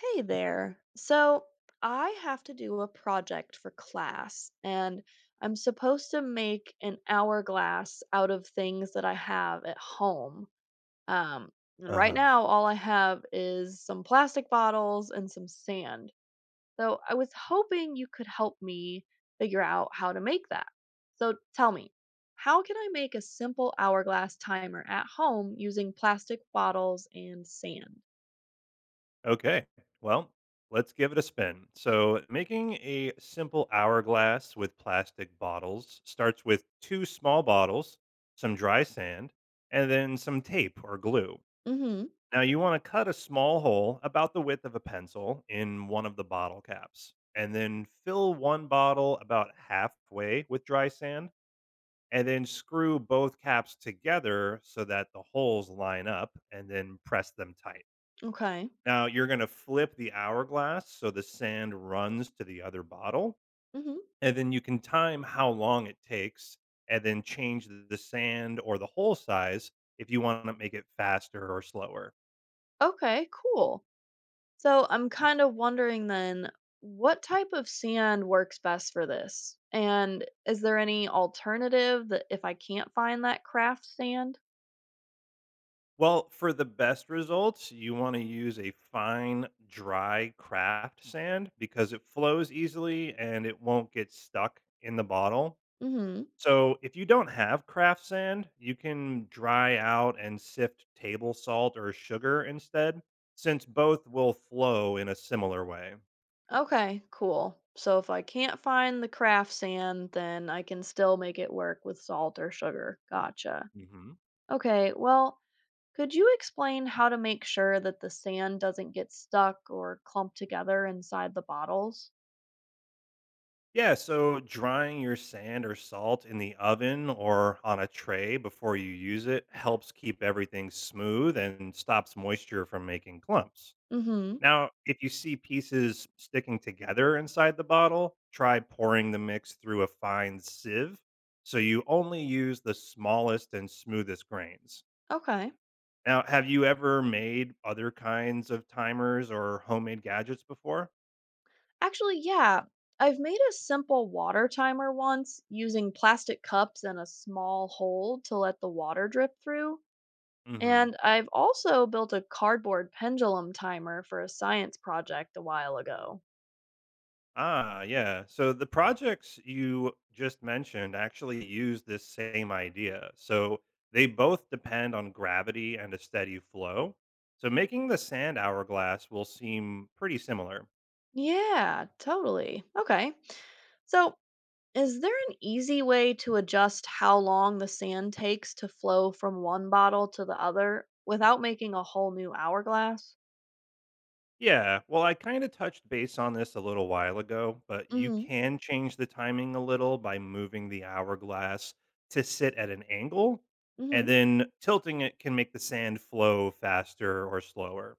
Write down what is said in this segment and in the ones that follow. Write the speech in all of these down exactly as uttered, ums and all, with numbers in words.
Hey there. So I have to do a project for class, and I'm supposed to make an hourglass out of things that I have at home. Um, and right Uh-huh. now, all I have is some plastic bottles and some sand. So I was hoping you could help me figure out how to make that. So tell me, how can I make a simple hourglass timer at home using plastic bottles and sand? Okay. Well, let's give it a spin. So, making a simple hourglass with plastic bottles starts with two small bottles, some dry sand, and then some tape or glue. Mm-hmm. Now, you want to cut a small hole about the width of a pencil in one of the bottle caps, and then fill one bottle about halfway with dry sand, and then screw both caps together so that the holes line up, and then press them tight. Okay. Now you're gonna flip the hourglass so the sand runs to the other bottle, Mm-hmm. and then you can time how long it takes and then change th the sand or the hole size if you wanna make it faster or slower. Okay, cool. So I'm kind of wondering then, what type of sand works best for this? And is there any alternative that if I can't find that craft sand? Well, for the best results, you wanna use a fine, dry craft sand because it flows easily and it won't get stuck in the bottle. Hmm. So, if you don't have craft sand, you can dry out and sift table salt or sugar instead, since both will flow in a similar way. Okay, cool. So if I can't find the craft sand, then I can still make it work with salt or sugar. Gotcha. hmm Okay, well, could you explain how to make sure that the sand doesn't get stuck or clumped together inside the bottles? Yeah, so drying your sand or salt in the oven or on a tray before you use it helps keep everything smooth and stops moisture from making clumps. Hmm. Now, if you see pieces sticking together inside the bottle, try pouring the mix through a fine sieve so you only use the smallest and smoothest grains. Okay. Now, have you ever made other kinds of timers or homemade gadgets before? Actually, yeah. I've made a simple water timer once using plastic cups and a small hole to let the water drip through. hmm And I've also built a cardboard pendulum timer for a science project a while ago. Ah, yeah. So the projects you just mentioned actually use this same idea. So they both depend on gravity and a steady flow. So making the sand hourglass will seem pretty similar. Yeah, totally. Okay. So, is there an easy way to adjust how long the sand takes to flow from one bottle to the other without making a whole new hourglass? Yeah, well, I kinda touched base on this a little while ago, but you Mm can change the timing a little by moving the hourglass to sit at an angle, hmm. Mm and hmm. then tilting it can make the sand flow faster or slower.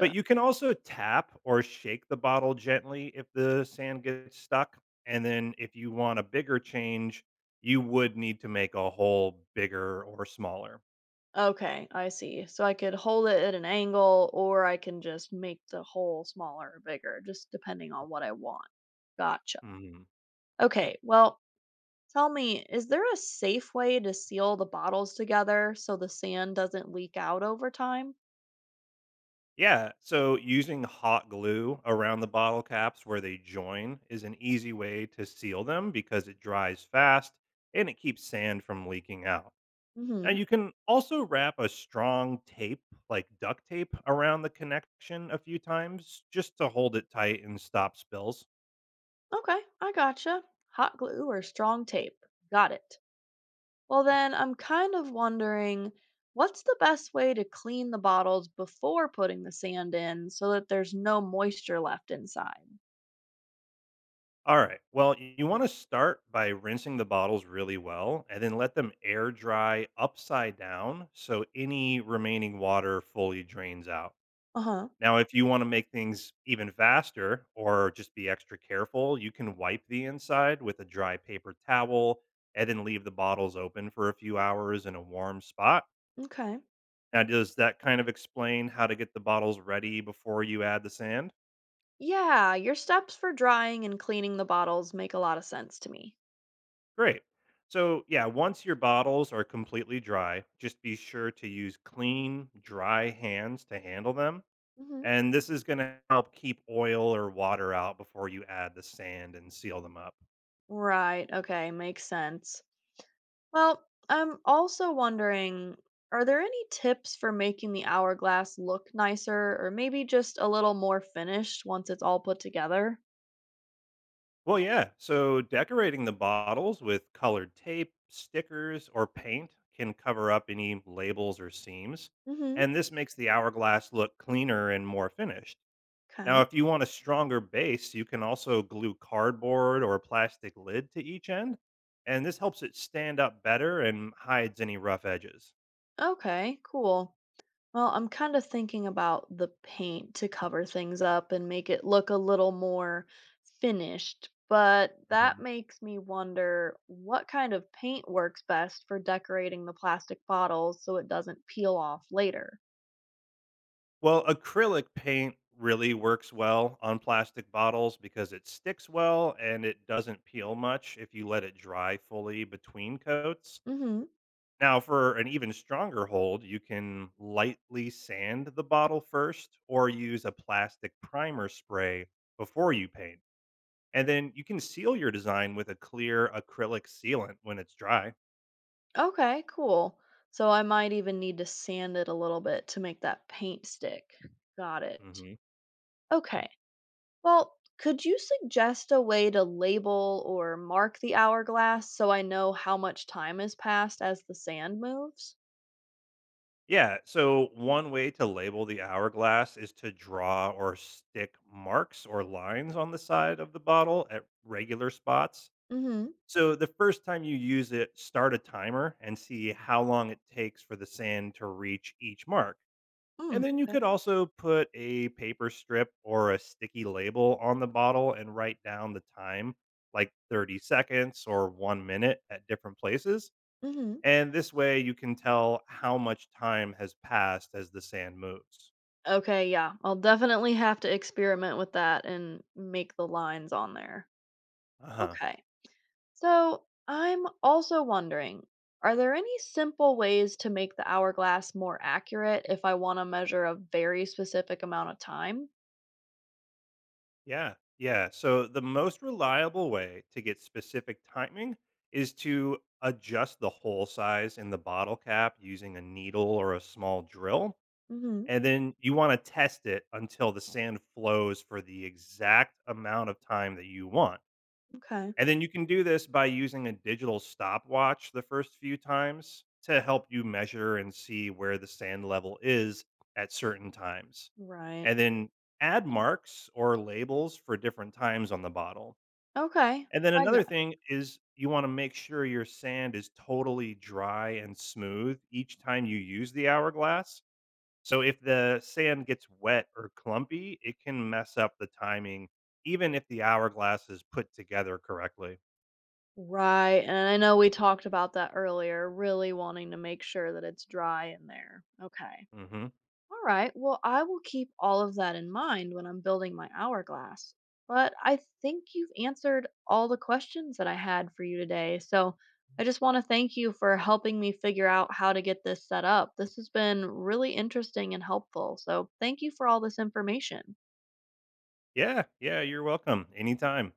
But you can also tap or shake the bottle gently if the sand gets stuck, and then if you want a bigger change, you would need to make a hole bigger or smaller. Okay, I see. So I could hold it at an angle or I can just make the hole smaller or bigger, just depending on what I want. Gotcha. Mhm. Okay, well, tell me, is there a safe way to seal the bottles together so the sand doesn't leak out over time? Yeah, so using hot glue around the bottle caps where they join is an easy way to seal them because it dries fast and it keeps sand from leaking out. Now, Hmm. you can also wrap a strong tape, like duct tape, around the connection a few times just to hold it tight and stop spills. Okay, I gotcha. Hot glue or strong tape. Got it. Well, then I'm kind of wondering what's the best way to clean the bottles before putting the sand in so that there's no moisture left inside? All right, well, y- you want to start by rinsing the bottles really well and then let them air dry upside down so any remaining water fully drains out. Uh-huh. Now, if you wanna make things even faster or just be extra careful, you can wipe the inside with a dry paper towel and then leave the bottles open for a few hours in a warm spot. Okay. Now, does that kind of explain how to get the bottles ready before you add the sand? Yeah, your steps for drying and cleaning the bottles make a lot of sense to me. Great. So, yeah, once your bottles are completely dry, just be sure to use clean, dry hands to handle them. Hmm. And this is going to help keep oil or water out before you add the sand and seal them up. Right. Okay. Makes sense. Well, I'm also wondering, are there any tips for making the hourglass look nicer or maybe just a little more finished once it's all put together? Well, yeah. So decorating the bottles with colored tape, stickers, or paint can cover up any labels or seams. Hmm. And this makes the hourglass look cleaner and more finished. Okay. Now, if you want a stronger base, you can also glue cardboard or a plastic lid to each end. And this helps it stand up better and hides any rough edges. Okay, cool. Well, I'm kind of thinking about the paint to cover things up and make it look a little more finished, but that makes me wonder what kind of paint works best for decorating the plastic bottles so it doesn't peel off later. Well, acrylic paint really works well on plastic bottles because it sticks well and it doesn't peel much if you let it dry fully between coats. Mhm. Now, for an even stronger hold, you can lightly sand the bottle first or use a plastic primer spray before you paint. And then you can seal your design with a clear acrylic sealant when it's dry. Okay, cool. So I might even need to sand it a little bit to make that paint stick. Got it. hmm Okay. Well, could you suggest a way to label or mark the hourglass so I know how much time has passed as the sand moves? Yeah. So one way to label the hourglass is to draw or stick marks or lines on the side of the bottle at regular spots. Mm-hmm. So the first time you use it, start a timer and see how long it takes for the sand to reach each mark. And Mm. then you Okay. could also put a paper strip or a sticky label on the bottle and write down the time, like thirty seconds or one minute at different places. Mm-hmm. And this way you can tell how much time has passed as the sand moves. Okay, yeah. I'll definitely have to experiment with that and make the lines on there. Uh-huh. Okay. So, I'm also wondering, are there any simple ways to make the hourglass more accurate if I want to measure a very specific amount of time? Yeah. Yeah. So the most reliable way to get specific timing is to adjust the hole size in the bottle cap using a needle or a small drill. Mm-hmm. And then you want to test it until the sand flows for the exact amount of time that you want. Okay. And then you can do this by using a digital stopwatch the first few times to help you measure and see where the sand level is at certain times. Right. And then add marks or labels for different times on the bottle. Okay. And then I another thing is you want to make sure your sand is totally dry and smooth each time you use the hourglass. So if the sand gets wet or clumpy, it can mess up the timing, even if the hourglass is put together correctly. Right, and I know we talked about that earlier, really wanting to make sure that it's dry in there. Okay. hmm All right. Well, I will keep all of that in mind when I'm building my hourglass. But I think you've answered all the questions that I had for you today. So I just want to thank you for helping me figure out how to get this set up. This has been really interesting and helpful. So thank you for all this information. Yeah, yeah, you're welcome. Anytime.